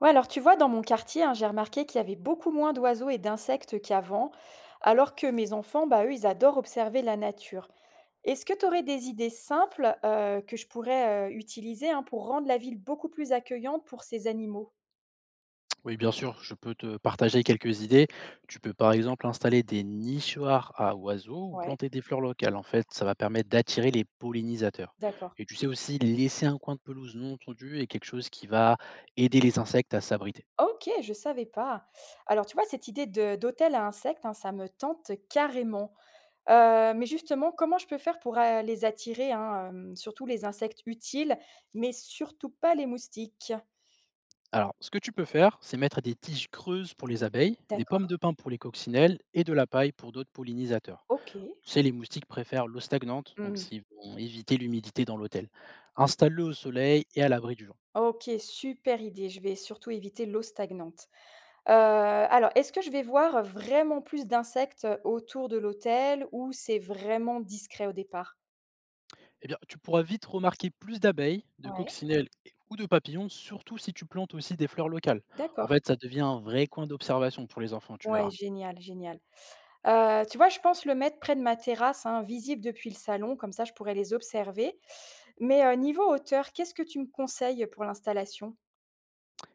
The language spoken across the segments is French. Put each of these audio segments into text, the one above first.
Ouais, alors tu vois, dans mon quartier, hein, j'ai remarqué qu'il y avait beaucoup moins d'oiseaux et d'insectes qu'avant, alors que mes enfants, bah, eux, ils adorent observer la nature. Est-ce que tu aurais des idées simples que je pourrais utiliser, hein, pour rendre la ville beaucoup plus accueillante pour ces animaux? Oui, bien sûr, je peux te partager quelques idées. Tu peux par exemple installer des nichoirs à oiseaux ou Ouais, planter des fleurs locales. En fait, ça va permettre d'attirer les pollinisateurs. d'accord. Et tu sais aussi laisser un coin de pelouse non tondu et quelque chose qui va aider les insectes à s'abriter. Ok, je savais pas. Alors, tu vois, cette d'hôtel à insectes, hein, ça me tente carrément. Mais justement, comment je peux faire pour les attirer, hein, surtout les insectes utiles, mais surtout pas les moustiques? Alors, ce que tu peux faire, c'est mettre des tiges creuses pour les abeilles, des pommes D'accord. de pin pour les coccinelles et de la paille pour d'autres pollinisateurs. OK. Tu sais, les moustiques préfèrent l'eau stagnante, donc Mmh. ils vont éviter l'humidité dans l'hôtel. Installe-le au soleil et à l'abri du vent. OK, super idée. Je vais surtout éviter l'eau stagnante. Alors, est-ce que je vais voir vraiment plus d'insectes autour de l'hôtel, ou c'est vraiment discret au départ? Eh bien, tu pourras vite remarquer plus d'abeilles, de Ouais, coccinelles ou de papillons, surtout si tu plantes aussi des fleurs locales. En d'accord. fait, ça devient un vrai coin d'observation pour les enfants, tu Ouais, verras. génial, génial. Tu vois, je pense le mettre près de ma terrasse, hein, visible depuis le salon, comme ça je pourrais les observer. Mais, niveau hauteur, qu'est-ce que tu me conseilles pour l'installation?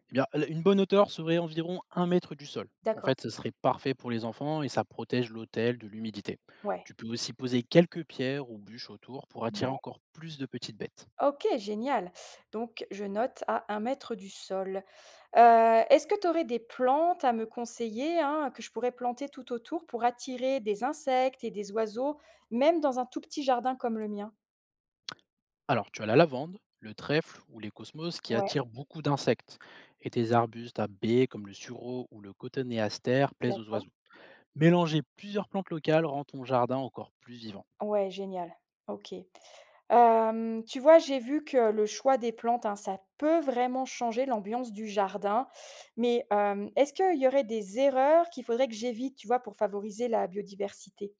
Eh bien, une bonne hauteur serait environ 1 m du sol. En D'accord, fait, ce serait parfait pour les enfants et ça protège l'hôtel de l'humidité. ouais, Tu peux aussi poser quelques pierres ou bûches autour pour attirer ouais. encore plus de petites bêtes. OK, génial. Donc je note à un mètre du sol. Est-ce que tu aurais des plantes à me conseiller, hein, que je pourrais planter tout autour pour attirer des insectes et des oiseaux, même dans un tout petit jardin comme le mien? Alors, tu as la lavande, le trèfle ou les cosmos qui Ouais, attirent beaucoup d'insectes. Et tes arbustes à baies comme le sureau ou le cotonéaster plaisent aux d'accord. oiseaux. Mélanger plusieurs plantes locales rend ton jardin encore plus vivant. Ouais, génial. OK. Tu vois, j'ai vu que le choix des plantes, hein, ça peut vraiment changer l'ambiance du jardin. Mais, est-ce qu'il y aurait des erreurs qu'il faudrait que j'évite, tu vois, pour favoriser la biodiversité?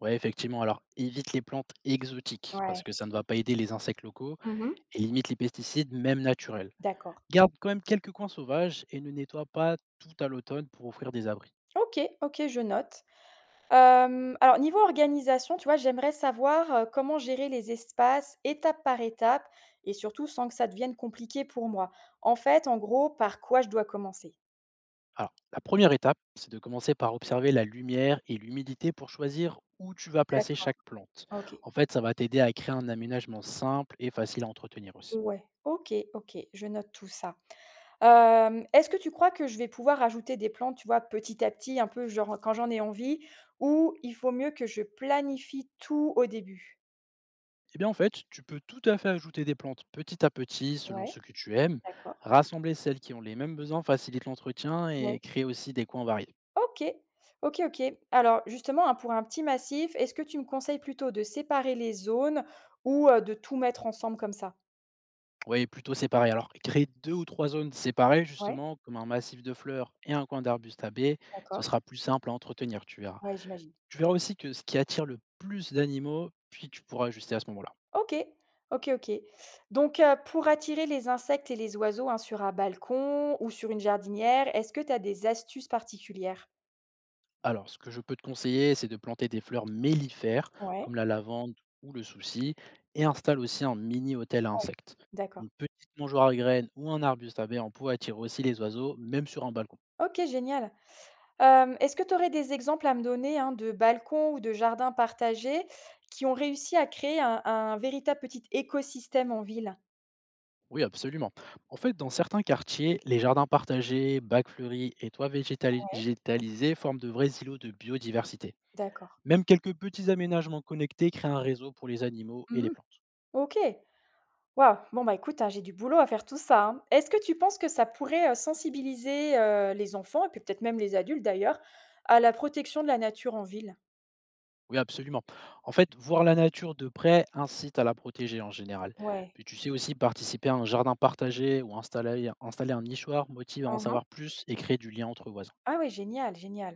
Ouais, effectivement. Alors, évite les plantes exotiques parce Ouais. que ça ne va pas aider les insectes locaux Mmh. et limite les pesticides, même naturels. D'accord. Garde quand même quelques coins sauvages et ne nettoie pas tout à l'automne pour offrir des abris. OK, OK, je note. Alors, niveau organisation, tu vois, j'aimerais savoir, comment gérer les espaces étape par étape et surtout sans que ça devienne compliqué pour moi. En fait, en gros, par quoi je dois commencer? Alors, la première étape, c'est de commencer par observer la lumière et l'humidité pour choisir où tu vas placer D'accord, chaque plante. OK. En fait, ça va t'aider à créer un aménagement simple et facile à entretenir aussi. Ouais, OK, OK, je note tout ça. Est-ce que tu crois que je vais pouvoir ajouter des plantes, tu vois, petit à petit, un peu genre quand j'en ai envie, ou il faut mieux que je planifie tout au début? Eh bien, en fait, tu peux tout à fait ajouter des plantes petit à petit selon Ouais, ce que tu aimes. d'accord. Rassembler celles qui ont les mêmes besoins facilite l'entretien et Ouais. créer aussi des coins variés. OK. OK, OK. Alors justement, hein, pour un petit massif, est-ce que tu me conseilles plutôt de séparer les zones ou de tout mettre ensemble comme ça? Oui, plutôt séparés. Alors, créer deux ou trois zones séparées, Ouais, justement, comme un massif de fleurs et un coin d'arbustes à baies, ce d'accord. sera plus simple à entretenir, tu verras. Ouais, j'imagine. Tu verras aussi que ce qui attire le plus d'animaux, puis tu pourras ajuster à ce moment-là. OK. OK, OK. Donc, pour attirer les insectes et les oiseaux, hein, sur un balcon ou sur une jardinière, est-ce que tu as des astuces particulières? Alors, ce que je peux te conseiller, c'est de planter des fleurs mellifères, Ouais, comme la lavande ou le souci, et installe aussi un mini-hôtel à ouais. insectes. D'accord. Une petite mangeoire à graines ou un arbuste à baies en pot attire aussi les oiseaux, même sur un balcon. OK, génial. Est-ce que tu aurais des exemples à me donner, hein, de balcons ou de jardins partagés qui ont réussi à créer un véritable petit écosystème en ville? Oui, absolument. En fait, dans certains quartiers, les jardins partagés, bacs fleuris et toits Ouais. végétalisés forment de vrais îlots de biodiversité. D'accord. Même quelques petits aménagements connectés créent un réseau pour les animaux et les Mmh. plantes. OK. Waouh! Bon, bah, écoute, hein, j'ai du boulot à faire tout ça, hein. Est-ce que tu penses que ça pourrait, sensibiliser, les enfants et puis peut-être même les adultes d'ailleurs, à la protection de la nature en ville? Oui, absolument. En fait, voir la nature de près incite à la protéger en général. Ouais. Puis tu sais aussi participer à un jardin partagé ou installer un nichoir motive à en Mmh. savoir plus et créer du lien entre voisins. Ah ouais, génial, génial.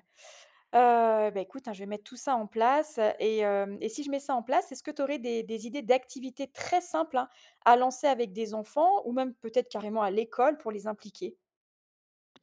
Bah, écoute, hein, je vais mettre tout ça en place, et si je mets ça en place, est-ce que tu aurais des idées d'activités très simples, hein, à lancer avec des enfants ou même peut-être carrément à l'école pour les impliquer?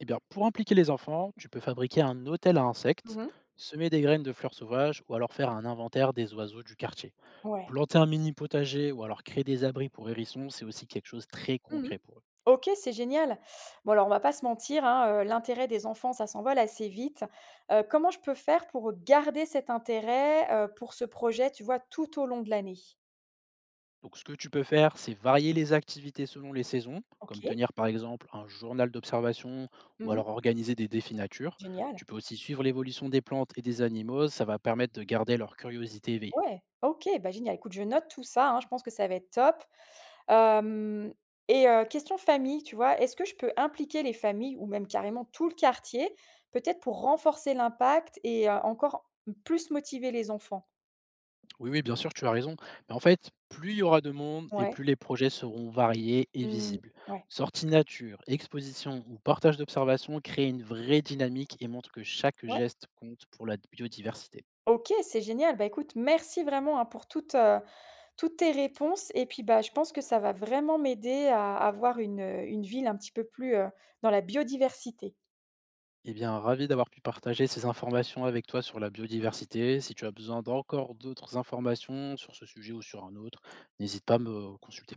Eh bien, pour impliquer les enfants, tu peux fabriquer un hôtel à insectes, Mmh. semer des graines de fleurs sauvages ou alors faire un inventaire des oiseaux du quartier. Ouais. Planter un mini potager ou alors créer des abris pour hérissons, c'est aussi quelque chose de très Mmh. concret pour eux. OK, c'est génial. Bon, alors on va pas se mentir, hein, l'intérêt des enfants, ça s'envole assez vite. Comment je peux faire pour garder cet intérêt, pour ce projet, tu vois, tout au long de l'année? Donc, ce que tu peux faire, c'est varier les activités selon les saisons, comme OK. tenir par exemple un journal d'observation ou Mmh. alors organiser des défis nature. Génial. Tu peux aussi suivre l'évolution des plantes et des animaux, ça va permettre de garder leur curiosité éveillée. Ouais. OK, bah, génial. Écoute, je note tout ça, hein, je pense que ça va être top. Hem et Question famille, tu vois? Est-ce que je peux impliquer les familles ou même carrément tout le quartier, peut-être pour renforcer l'impact et, encore plus motiver les enfants? Oui, oui, bien sûr, tu as raison. Mais en fait, plus il y aura de monde et Ouais. plus les projets seront variés et Mmh. visibles. Ouais. Sortie nature, exposition ou partage d'observation créent une vraie dynamique et montrent que chaque Ouais. geste compte pour la biodiversité. OK, c'est génial. Bah, écoute, merci vraiment, hein, pour toutes, toutes tes réponses, et puis, bah, je pense que ça va vraiment m'aider à avoir une ville un petit peu plus, dans la biodiversité. Eh bien, ravi d'avoir pu partager ces informations avec toi sur la biodiversité. Si tu as besoin d'encore d'autres informations sur ce sujet ou sur un autre, n'hésite pas à me consulter.